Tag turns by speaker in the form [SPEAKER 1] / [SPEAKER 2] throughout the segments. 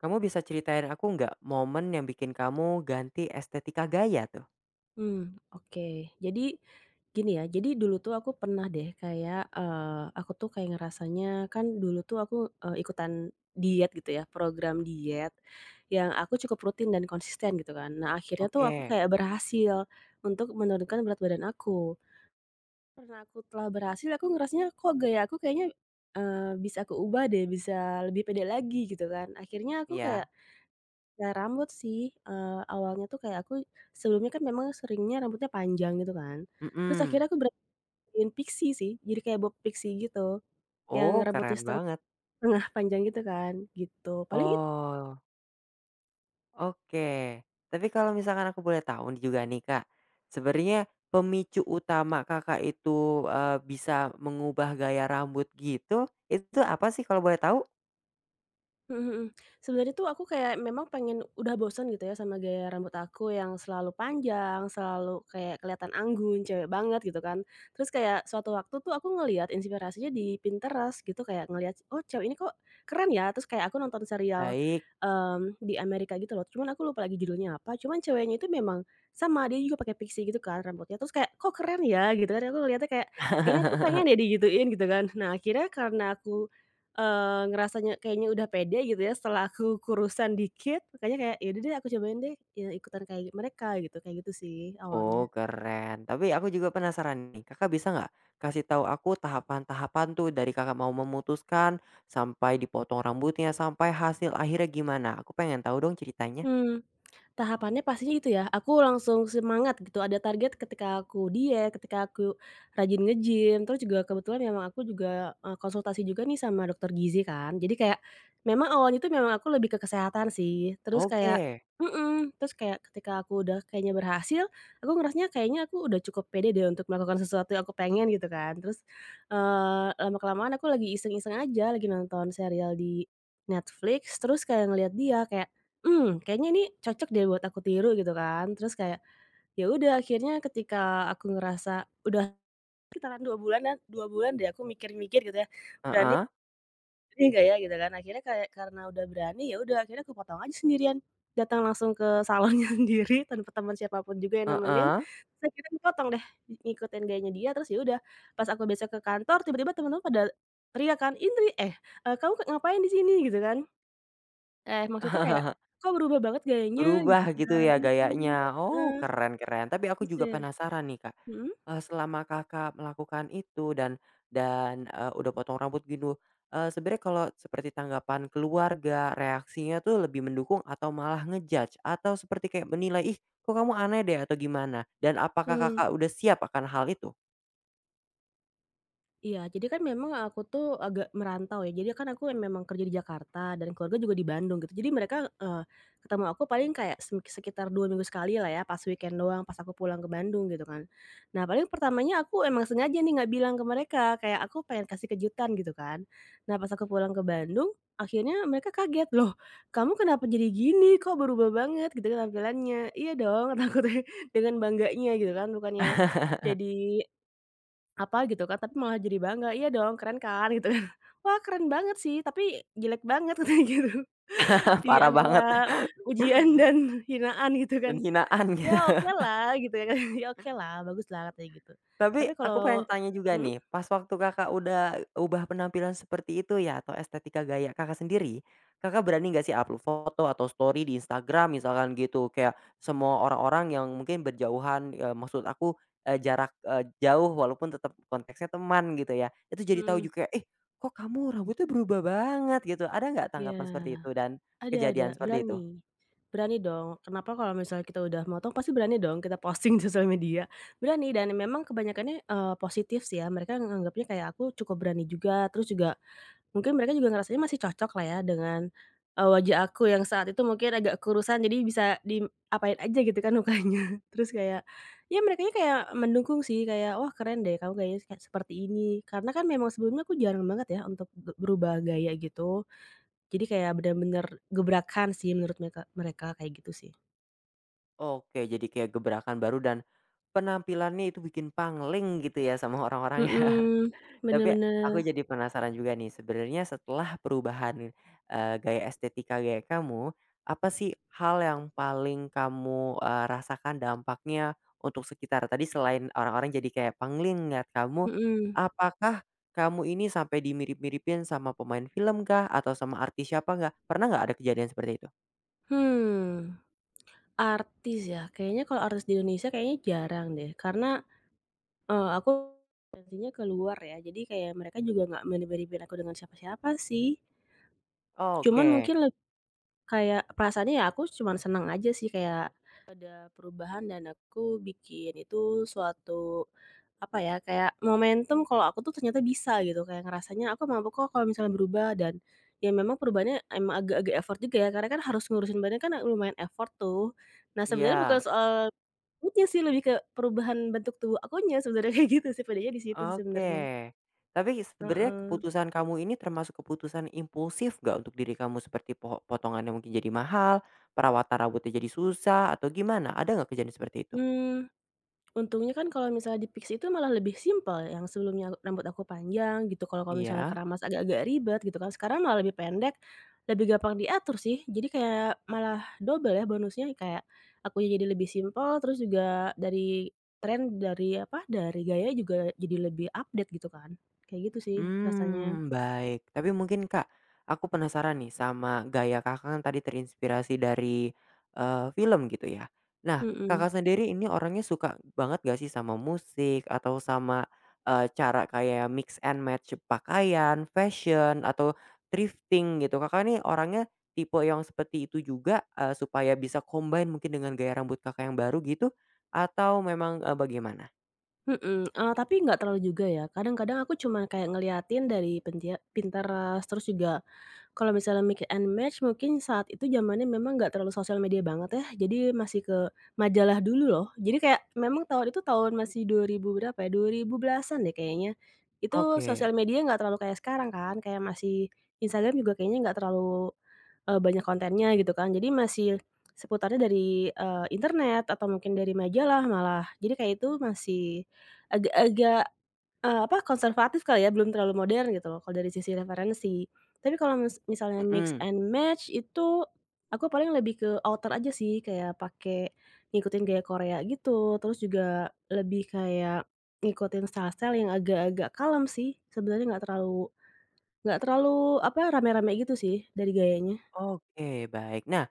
[SPEAKER 1] Kamu bisa ceritain aku nggak momen yang bikin kamu ganti estetika gaya tuh?
[SPEAKER 2] Hmm, oke. Jadi, gini ya, jadi dulu tuh aku pernah deh kayak, aku tuh kayak ngerasanya kan dulu tuh aku, ikutan diet gitu ya, program diet yang aku cukup rutin dan konsisten gitu kan. Nah, akhirnya tuh aku
[SPEAKER 1] Oke,
[SPEAKER 2] kayak berhasil untuk menurunkan berat badan aku. Karena aku telah berhasil, aku ngerasanya kok gaya aku kayaknya, bisa aku ubah deh, bisa lebih pede lagi gitu kan. Akhirnya aku kayak
[SPEAKER 1] iya.
[SPEAKER 2] Nah rambut sih, awalnya tuh kayak aku sebelumnya kan memang seringnya rambutnya panjang gitu kan, terus
[SPEAKER 1] Mhm.
[SPEAKER 2] akhirnya aku beraniin pixie sih, jadi kayak bob pixie gitu, yang
[SPEAKER 1] Oh,
[SPEAKER 2] rambutnya
[SPEAKER 1] keren banget.
[SPEAKER 2] tengah panjang gitu kan, gitu. Paling
[SPEAKER 1] Oh, oke. Tapi kalau misalkan aku boleh tahu juga nih Kak, sebenarnya pemicu utama Kakak itu, bisa mengubah gaya rambut gitu, itu apa sih kalau boleh tahu?
[SPEAKER 2] Mhm, mhm. Sebenarnya tuh aku kayak memang pengen udah bosan gitu ya sama gaya rambut aku yang selalu panjang, selalu kayak kelihatan anggun, cewek banget gitu kan. Terus kayak suatu waktu tuh aku ngelihat inspirasinya di Pinterest gitu, kayak ngelihat, "Oh, cewek ini kok keren ya." Terus kayak aku nonton serial,
[SPEAKER 1] Baik.
[SPEAKER 2] di Amerika gitu loh, cuman aku lupa lagi judulnya apa, cuman ceweknya itu memang sama, dia juga pakai pixie gitu kan rambutnya, terus kayak, "Kok keren ya?" Gitu kan. Aku ngelihatnya kayak, "Kayaknya aku pengen deh digituin." Gitu kan. Nah, akhirnya karena aku ngerasanya kayaknya udah pede gitu ya setelah aku kurusan dikit, makanya kayak, "Ya udah deh aku cobain deh, ikutan kayak mereka," gitu, kayak gitu sih
[SPEAKER 1] Oh
[SPEAKER 2] awalnya.
[SPEAKER 1] keren, tapi aku juga penasaran nih, Kakak bisa nggak kasih tahu aku tahapan-tahapan tuh dari Kakak mau memutuskan, sampai dipotong rambutnya, sampai hasil akhirnya gimana? Aku pengen tahu dong ceritanya.
[SPEAKER 2] Mmm, tahapannya pastinya itu ya, aku langsung semangat gitu, ada target ketika aku diet, ketika aku rajin nge-gym, terus juga kebetulan memang aku juga, konsultasi juga nih sama dokter gizi kan. Jadi kayak memang awalnya itu memang aku lebih ke kesehatan sih, terus kayak
[SPEAKER 1] Oke,
[SPEAKER 2] mhm, terus kayak ketika aku udah kayaknya berhasil, aku ngerasanya kayaknya aku udah cukup pede deh untuk melakukan sesuatu yang aku pengen gitu kan. Terus, lama-kelamaan aku lagi iseng-iseng aja, lagi nonton serial di Netflix, terus kayak ngelihat dia kayak Mmm, kayaknya ini cocok deh buat aku tiru gitu kan. Terus kayak, ya udah akhirnya ketika aku ngerasa udah sekitaran 2 bulanan 2 bulan deh aku mikir-mikir gitu ya, berani
[SPEAKER 1] heeh,
[SPEAKER 2] ini enggak ya gitu kan. Akhirnya kayak karena udah berani, ya udah akhirnya aku potong aja sendirian, datang langsung ke salonnya sendiri tanpa teman siapa pun juga yang nemenin,
[SPEAKER 1] heeh.
[SPEAKER 2] terus akhirnya dipotong deh, ngikutin gayanya dia terus ya udah, pas aku besok ke kantor tiba-tiba teman-teman pada teriak kan, "Indri, eh, kamu ngapain di sini?" Gitu kan. Eh, maksudnya kayak, "Kok berubah banget gayanya?" Gitu
[SPEAKER 1] Berubah gitu
[SPEAKER 2] kan.
[SPEAKER 1] ya
[SPEAKER 2] Iya,
[SPEAKER 1] gayanya,
[SPEAKER 2] heeh,
[SPEAKER 1] oh keren keren, tapi aku
[SPEAKER 2] terus
[SPEAKER 1] juga
[SPEAKER 2] kayak
[SPEAKER 1] penasaran nih, Kak.
[SPEAKER 2] mhm?
[SPEAKER 1] Selama Kakak melakukan itu dan udah potong rambut gitu, sebenarnya kalau seperti tanggapan keluarga, reaksinya tuh lebih mendukung atau malah ngejudge atau seperti kayak menilai, "Ih, kok kamu aneh deh?" Atau gimana? Dan apakah
[SPEAKER 2] Mmm.
[SPEAKER 1] Kakak udah siap akan hal itu?
[SPEAKER 2] Iya, jadi kan memang aku tuh agak merantau ya, jadi kan aku yang memang kerja di Jakarta dan keluarga juga di Bandung gitu, jadi mereka, ketemu aku paling kayak semik sekitar 2 minggu sekali lah ya, pas weekend doang, pas aku pulang ke Bandung gitu kan. Nah, paling pertamanya aku emang sengaja nih nggak bilang ke mereka, kayak aku pengen kasih kejutan gitu kan. Nah, pas aku pulang ke Bandung, akhirnya mereka kaget, "Loh, kamu kenapa jadi gini? Kok berubah banget?" Gitu kan tampilannya. Iya dong, kata dengan bangganya gitu kan, bukannya jadi apa gitu kan, tapi malah jadi bangga, "Iya dong keren kan?" Gitu kan. "Wah keren banget sih, tapi jelek banget," katanya gitu. Di
[SPEAKER 1] Parah
[SPEAKER 2] antara
[SPEAKER 1] banget
[SPEAKER 2] ujian dan hinaan gitu kan.
[SPEAKER 1] dan hinaan
[SPEAKER 2] "Ya
[SPEAKER 1] gitu.
[SPEAKER 2] oke lah gitu ya kan, "ya okelah, baguslah," katanya gitu.
[SPEAKER 1] Tapi
[SPEAKER 2] Tapi
[SPEAKER 1] aku pengen
[SPEAKER 2] kalau
[SPEAKER 1] tanya juga
[SPEAKER 2] hmm
[SPEAKER 1] nih, pas waktu Kakak udah ubah penampilan seperti itu ya atau estetika gaya Kakak sendiri, Kakak berani nggak sih upload foto atau story di Instagram misalkan gitu? Kayak semua orang-orang yang mungkin berjauhan, maksud aku, jarak, jauh walaupun tetap konteksnya teman gitu ya, itu jadi tahu
[SPEAKER 2] Mhm,
[SPEAKER 1] juga, "Eh, kok kamu rambutnya berubah banget?" Gitu. Ada nggak tanggapan seperti itu
[SPEAKER 2] iya.
[SPEAKER 1] dan
[SPEAKER 2] Ada,
[SPEAKER 1] kejadian seperti itu?
[SPEAKER 2] berani. Berani dong, kenapa kalau misalnya kita udah motong pasti berani dong kita posting di sosial media. Berani dan memang kebanyakannya, positif sih ya, mereka nganggapnya kayak aku cukup berani juga, terus juga Mungkin mereka juga ngerasanya masih cocok lah ya dengan, wajah aku yang saat itu mungkin agak kurusan jadi bisa diapain aja gitu kan mukanya. Terus kayak, ya merekanya kayak mendukung sih kayak, "Wah keren deh kamu gayanya kayak seperti ini." Karena kan memang sebelumnya aku jarang banget ya untuk berubah gaya gitu. Jadi kayak bener-bener gebrakan sih menurut mereka mereka kayak gitu sih.
[SPEAKER 1] Oke, jadi kayak gebrakan baru dan penampilannya itu bikin pangling gitu ya sama orang-orang ya?
[SPEAKER 2] Mhm, bener
[SPEAKER 1] Tapi
[SPEAKER 2] bener,
[SPEAKER 1] aku jadi penasaran juga nih, sebenarnya setelah perubahan, gaya estetika gaya kamu, apa sih hal yang paling kamu, rasakan dampaknya untuk sekitar? Tadi selain orang-orang jadi kayak pangling ngeliat kamu,
[SPEAKER 2] mhm.
[SPEAKER 1] apakah kamu ini sampai dimirip-miripin sama pemain film kah? Atau sama artis siapa nggak? Pernah nggak ada kejadian seperti itu?
[SPEAKER 2] Hmm, artis ya? Kayaknya kalau artis di Indonesia kayaknya jarang deh karena, aku Pastinya keluar ya, jadi kayak mereka juga nggak melibet-libetin aku dengan siapa-siapa sih. Cuman
[SPEAKER 1] Oke,
[SPEAKER 2] mungkin kayak perasaannya ya aku cuman senang aja sih kayak ada perubahan dan aku bikin itu suatu, apa ya, kayak momentum kalau aku tuh ternyata bisa gitu, kayak ngerasanya aku mampu kok kalau misalnya berubah dan ya memang perubahannya emang agak-agak effort juga ya, karena kan harus ngurusin badan kan lumayan effort tuh. Nah sebenarnya bukan
[SPEAKER 1] iya.
[SPEAKER 2] soal mood sih, lebih ke perubahan bentuk tubuh akunya sebenarnya kayak gitu sih, padanya di situ sih sebenarnya.
[SPEAKER 1] Oke. Tapi sebenarnya
[SPEAKER 2] Heeh.
[SPEAKER 1] keputusan kamu ini termasuk keputusan impulsif nggak untuk diri kamu? Seperti potongannya mungkin jadi mahal, perawatan rambutnya jadi susah, atau gimana? Ada nggak kejadian seperti itu?
[SPEAKER 2] Mmm, untungnya kan kalau misalnya di Pix itu malah lebih simpel, ya, yang sebelumnya rambut aku panjang gitu, kalau kalau misalnya
[SPEAKER 1] Iya.
[SPEAKER 2] keramas agak-agak ribet gitu kan, sekarang malah lebih pendek, lebih gampang diatur sih. Jadi kayak malah double ya bonusnya, kayak akunya jadi lebih simpel, terus juga dari tren, dari apa, dari gaya juga jadi lebih update gitu kan. Kayak gitu sih rasanya.
[SPEAKER 1] Hmm baik. Tapi mungkin Kak, aku penasaran nih sama gaya Kakak kan tadi terinspirasi dari, film gitu ya. Nah,
[SPEAKER 2] Mhm,
[SPEAKER 1] Kakak sendiri ini orangnya suka banget gak sih sama musik atau sama, cara kayak mix and match pakaian, fashion, atau thrifting gitu? Kakak nih orangnya tipe yang seperti itu juga, supaya bisa combine mungkin dengan gaya rambut Kakak yang baru gitu? Atau memang, bagaimana?
[SPEAKER 2] mhm, tapi nggak terlalu juga ya, kadang-kadang aku cuma kayak ngeliatin dari Pinterest, terus juga Kalau misalnya mix and match mungkin saat itu zamannya memang nggak terlalu sosial media banget ya, jadi masih ke majalah dulu loh. Jadi kayak memang tahun itu tahun masih 2000 berapa ya, 2010-an deh kayaknya. Itu
[SPEAKER 1] Oke,
[SPEAKER 2] sosial media nggak terlalu kayak sekarang kan, kayak masih Instagram juga kayaknya nggak terlalu, banyak kontennya gitu kan. Jadi masih seputarnya dari, internet atau mungkin dari majalah malah. Jadi kayak itu masih agak-agak apa, konservatif kali ya, belum terlalu modern gitu loh, kalau dari sisi referensi. Tapi kalau misalnya mix
[SPEAKER 1] mhm,
[SPEAKER 2] and match itu, aku paling lebih ke outer aja sih, kayak pakai ngikutin gaya Korea gitu, terus juga lebih kayak ngikutin style-style yang agak-agak kalem sih, sebenarnya nggak terlalu, apa, rame-rame gitu sih dari gayanya.
[SPEAKER 1] oke baik. Nah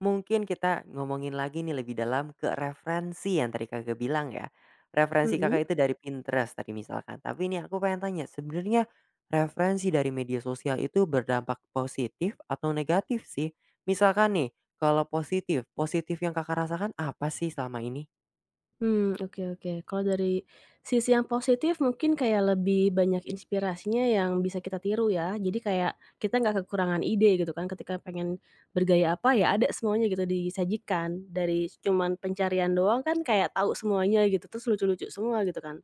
[SPEAKER 1] mungkin kita ngomongin lagi nih lebih dalam ke referensi yang tadi Kakak bilang ya. Referensi
[SPEAKER 2] Mhm.
[SPEAKER 1] Kakak itu dari Pinterest tadi misalkan, tapi ini aku pengen tanya sebenarnya referensi dari media sosial itu berdampak positif atau negatif sih? Misalkan nih kalau positif, positif yang Kakak rasakan apa sih selama ini?
[SPEAKER 2] Hmm, oke, oke. Kalau dari sisi yang positif mungkin kayak lebih banyak inspirasinya yang bisa kita tiru ya. Jadi kayak kita nggak kekurangan ide gitu kan ketika pengen bergaya apa, ya ada semuanya gitu disajikan. Dari cuman pencarian doang kan kayak tahu semuanya gitu, terus lucu-lucu semua gitu kan.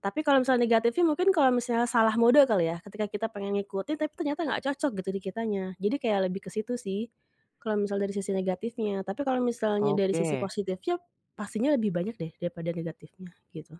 [SPEAKER 2] Tapi kalau misalnya negatifnya mungkin kalau misalnya salah mode kali ya, ketika kita pengen ngikutin tapi ternyata nggak cocok gitu di kitanya. Jadi kayak lebih ke situ sih, kalau misal dari sisi negatifnya. Tapi kalau misalnya dari sisi
[SPEAKER 1] Oke.
[SPEAKER 2] positifnya, pastinya lebih banyak deh daripada negatifnya, gitu.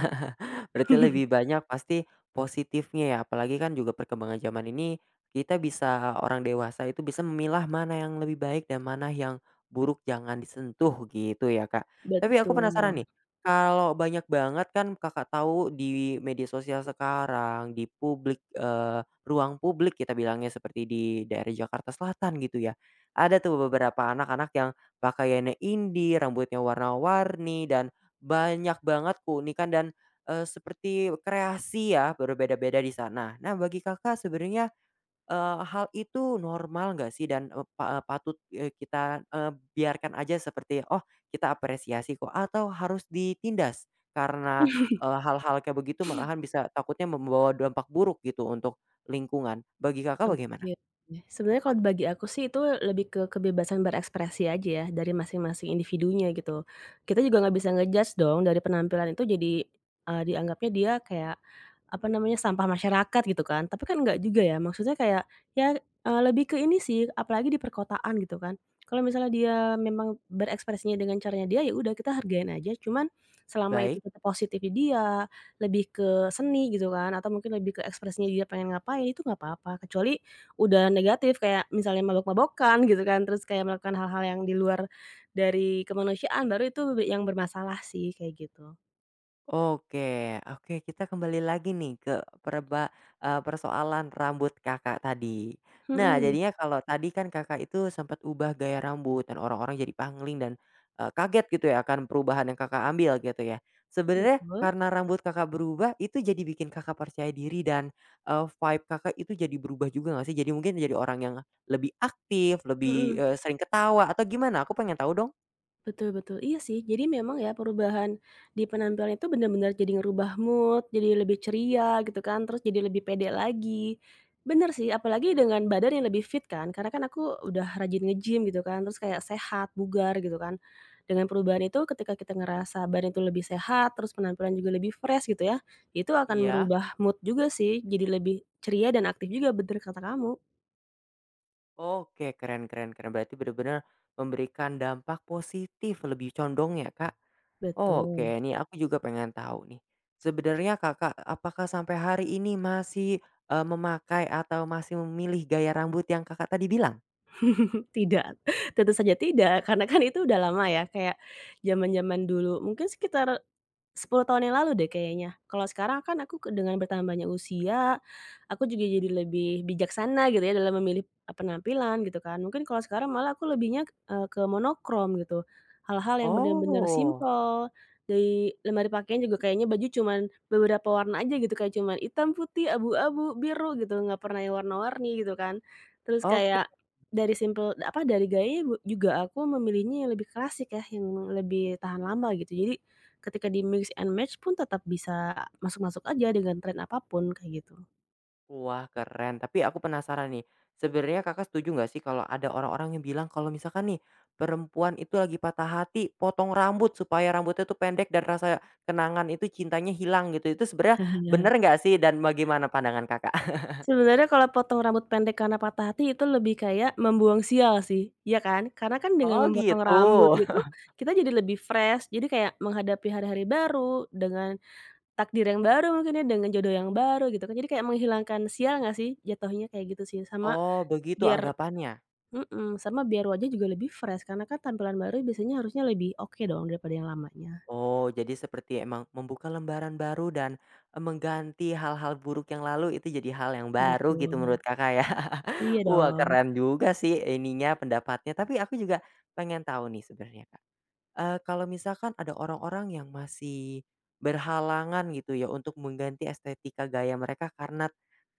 [SPEAKER 1] Berarti lebih banyak pasti positifnya ya, apalagi kan juga perkembangan zaman ini, kita bisa orang dewasa itu bisa memilah mana yang lebih baik dan mana yang buruk jangan disentuh gitu ya, Kak. Tapi aku
[SPEAKER 2] Betul.
[SPEAKER 1] penasaran nih, kalau banyak banget kan Kakak tahu di media sosial sekarang, di publik, ruang publik kita bilangnya seperti di daerah Jakarta Selatan gitu ya, ada tuh beberapa anak-anak yang pakaiannya indie, rambutnya warna-warni, dan banyak banget keunikan dan seperti kreasi ya, berbeda-beda di sana. Nah, bagi Kakak sebenarnya, hal itu normal nggak sih dan, patut, kita, biarkan aja seperti, "Oh, kita apresiasi kok," atau harus ditindas karena, hal-hal kayak begitu malahan bisa takutnya membawa dampak buruk gitu untuk lingkungan. Bagi Kakak bagaimana?
[SPEAKER 2] Oke. Sebenarnya kalau bagi aku sih itu lebih ke kebebasan berekspresi aja ya dari masing-masing individunya gitu. Kita juga nggak bisa ngejudge dong dari penampilan itu jadi, dianggapnya dia kayak, apa namanya, sampah masyarakat gitu kan. Tapi kan nggak juga ya, maksudnya kayak ya, lebih ke ini sih, apalagi di perkotaan gitu kan. Kalau misalnya dia memang berekspresinya dengan caranya dia, ya udah kita hargain aja, cuman selama itu
[SPEAKER 1] Baik.
[SPEAKER 2] tetap positif di dia, lebih seni gitu kan atau mungkin lebih ke ekspresinya dia pengen ngapain itu nggak apa-apa, kecuali udah negatif kayak misalnya mabok-mabokan gitu kan, terus kayak melakukan hal-hal yang di luar dari kemanusiaan baru itu yang bermasalah sih kayak gitu.
[SPEAKER 1] Oke oke kita kembali lagi nih ke persoalan rambut Kakak tadi. Nah
[SPEAKER 2] Mhm,
[SPEAKER 1] jadinya kalau tadi kan Kakak itu sempat ubah gaya rambut dan orang-orang jadi pangling dan, kaget gitu ya akan perubahan yang Kakak ambil gitu ya. Sebenarnya
[SPEAKER 2] betul,
[SPEAKER 1] karena rambut Kakak berubah itu jadi bikin Kakak percaya diri dan, vibe Kakak itu jadi berubah juga nggak sih? Jadi mungkin jadi orang yang lebih aktif, lebih,
[SPEAKER 2] mhm.
[SPEAKER 1] sering ketawa atau gimana? Aku pengen tahu dong.
[SPEAKER 2] Betul, betul. Iya sih, jadi memang ya perubahan di penampilan itu benar-benar jadi ngerubah mood, jadi lebih ceria gitu kan, terus jadi lebih pede lagi. Bener sih, apalagi dengan badan yang lebih fit kan, karena kan aku udah rajin nge-gym gitu kan, terus kayak sehat, bugar gitu kan. Dengan perubahan itu ketika kita ngerasa badan itu lebih sehat, terus penampilan juga lebih fresh gitu ya, itu akan
[SPEAKER 1] Iya.
[SPEAKER 2] merubah mood juga sih, jadi lebih ceria dan aktif juga, bener kata kamu.
[SPEAKER 1] Oke, keren keren keren. Berarti benar-benar memberikan dampak positif lebih condong ya, Kak? Oke,
[SPEAKER 2] Betul.
[SPEAKER 1] nih aku juga pengen tahu nih. Sebenarnya Kakak apakah sampai hari ini masih, memakai atau masih memilih gaya rambut yang Kakak tadi bilang?
[SPEAKER 2] Tidak, tentu saja tidak, karena kan itu udah lama ya, kayak zaman-zaman dulu, mungkin sekitar 10 tahun yang lalu deh kayaknya. Kalau sekarang kan aku ke dengan bertambahnya usia, aku juga jadi lebih bijaksana gitu ya dalam memilih, penampilan gitu kan. Mungkin kalau sekarang malah aku lebihnya, ke monokrom gitu. Hal-hal yang benar-benar
[SPEAKER 1] Oh,
[SPEAKER 2] simple dari lemari pakaian juga kayaknya baju cuman beberapa warna aja gitu, kayak cuman hitam, putih, abu-abu, biru gitu, nggak pernah yang warna-warni gitu kan. Terus
[SPEAKER 1] oke.
[SPEAKER 2] kayak dari simple apa, dari gaya juga aku memilihnya yang lebih klasik ya, yang lebih tahan lama gitu. Jadi Ketika di mix and match pun tetap bisa masuk-masuk aja dengan tren apapun kayak gitu.
[SPEAKER 1] Wah, keren. Tapi aku penasaran nih, sebenarnya Kakak setuju nggak sih kalau ada orang-orang yang bilang kalau misalkan nih, perempuan itu lagi patah hati, potong rambut supaya rambutnya tuh pendek dan rasa kenangan itu cintanya hilang gitu. Itu sebenarnya bener nggak sih dan bagaimana pandangan Kakak?
[SPEAKER 2] Sebenarnya kalau potong rambut pendek karena patah hati itu lebih kayak membuang sial sih, ya kan? Karena kan dengan
[SPEAKER 1] Oh
[SPEAKER 2] memotong
[SPEAKER 1] gitu.
[SPEAKER 2] rambut itu, kita jadi lebih fresh, jadi kayak menghadapi hari-hari baru, dengan takdir yang baru mungkin ya, dengan jodoh yang baru gitu kan. Jadi kayak menghilangkan sial nggak sih, jatuhnya kayak gitu sih. Sama
[SPEAKER 1] Oh begitu
[SPEAKER 2] biar
[SPEAKER 1] anggapannya?
[SPEAKER 2] mhm, sama biar wajah juga lebih fresh, karena kan tampilan baru biasanya harusnya lebih oke dong daripada yang lamanya.
[SPEAKER 1] Oh, jadi seperti emang membuka lembaran baru dan, mengganti hal-hal buruk yang lalu itu jadi hal yang baru gitu
[SPEAKER 2] Betul.
[SPEAKER 1] menurut Kakak ya.
[SPEAKER 2] Iya
[SPEAKER 1] Wah
[SPEAKER 2] dong,
[SPEAKER 1] keren juga sih ininya pendapatnya, tapi aku juga pengen tahu nih sebenarnya Kak, kalau misalkan ada orang-orang yang masih berhalangan gitu ya untuk mengganti estetika gaya mereka karena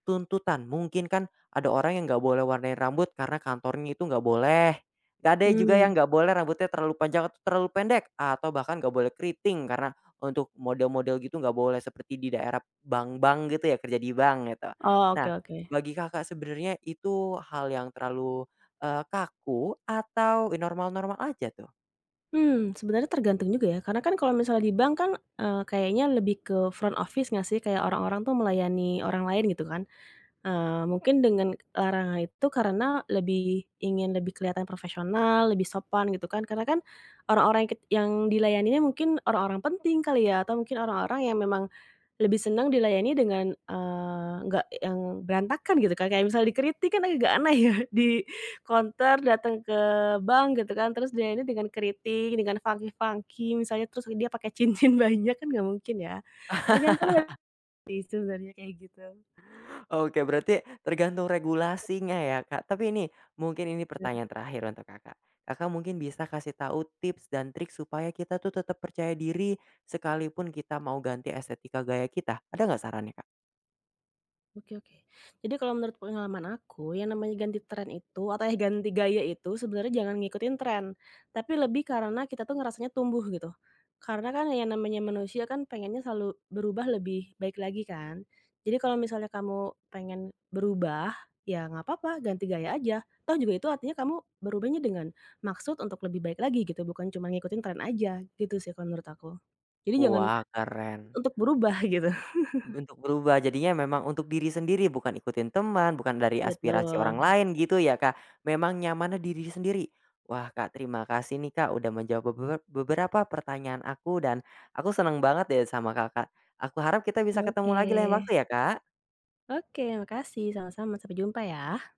[SPEAKER 1] tuntutan. Mungkin kan ada orang yang nggak boleh warnai rambut karena kantornya itu nggak boleh. Gak ada juga yang
[SPEAKER 2] mmm,
[SPEAKER 1] nggak boleh rambutnya terlalu panjang atau terlalu pendek, atau bahkan nggak boleh keriting karena untuk model-model gitu nggak boleh seperti di daerah bank-bank gitu ya, kerja di bank gitu.
[SPEAKER 2] oh,
[SPEAKER 1] Nah,
[SPEAKER 2] oke, oke.
[SPEAKER 1] bagi Kakak sebenarnya itu hal yang terlalu, kaku atau normal-normal aja tuh?
[SPEAKER 2] Hmm, sebenarnya tergantung juga ya, karena kan kalau misalnya di bank kan, kayaknya lebih ke front office nggak sih? Kayak orang-orang tuh melayani orang lain gitu kan. Mungkin dengan larangan itu karena lebih ingin lebih kelihatan profesional, lebih sopan gitu kan, karena kan orang-orang yang dilayaninya mungkin orang-orang penting kali ya, atau mungkin orang-orang yang memang Lebih senang dilayani dengan, nggak yang berantakan gitu kan, kayak misal dikritik kan agak aneh ya, di konter datang ke bank gitu kan, terus dilayani dengan kritik, dengan funky-funky misalnya, terus dia pakai cincin banyak kan nggak mungkin ya. Tergantung sih sebenarnya kayak gitu.
[SPEAKER 1] Oke, berarti tergantung regulasinya ya, Kak. Tapi ini, mungkin ini pertanyaan terakhir untuk Kakak. Kakak mungkin bisa kasih tahu tips dan trik supaya kita tuh tetap percaya diri sekalipun kita mau ganti estetika gaya kita, ada nggak sarannya, Kak?
[SPEAKER 2] Oke, oke. Jadi kalau menurut pengalaman aku, yang namanya ganti tren itu atau eh ganti gaya itu sebenarnya jangan ngikutin tren, tapi lebih karena kita tuh ngerasanya tumbuh gitu. Karena kan yang namanya manusia kan pengennya selalu berubah lebih baik lagi kan. Jadi kalau misalnya kamu pengen berubah, ya nggak apa-apa ganti gaya aja. Toh juga itu artinya kamu berubahnya dengan maksud untuk lebih baik lagi gitu, bukan cuma ngikutin tren aja gitu sih kalau menurut aku. Jadi jangan
[SPEAKER 1] Wah, keren.
[SPEAKER 2] untuk berubah gitu.
[SPEAKER 1] Untuk berubah, jadinya memang untuk diri sendiri, bukan ikutin teman, bukan dari aspirasi orang
[SPEAKER 2] Betul.
[SPEAKER 1] lain gitu ya, Kak. Memang nyamannya diri sendiri. Wah, Kak, terima kasih nih, Kak, udah menjawab beberapa pertanyaan aku dan aku senang banget deh sama Kakak. Aku harap kita bisa ketemu
[SPEAKER 2] Oke.
[SPEAKER 1] lagi lain waktu ya, Kak.
[SPEAKER 2] Oke, makasih. Sama-sama. Sampai jumpa ya.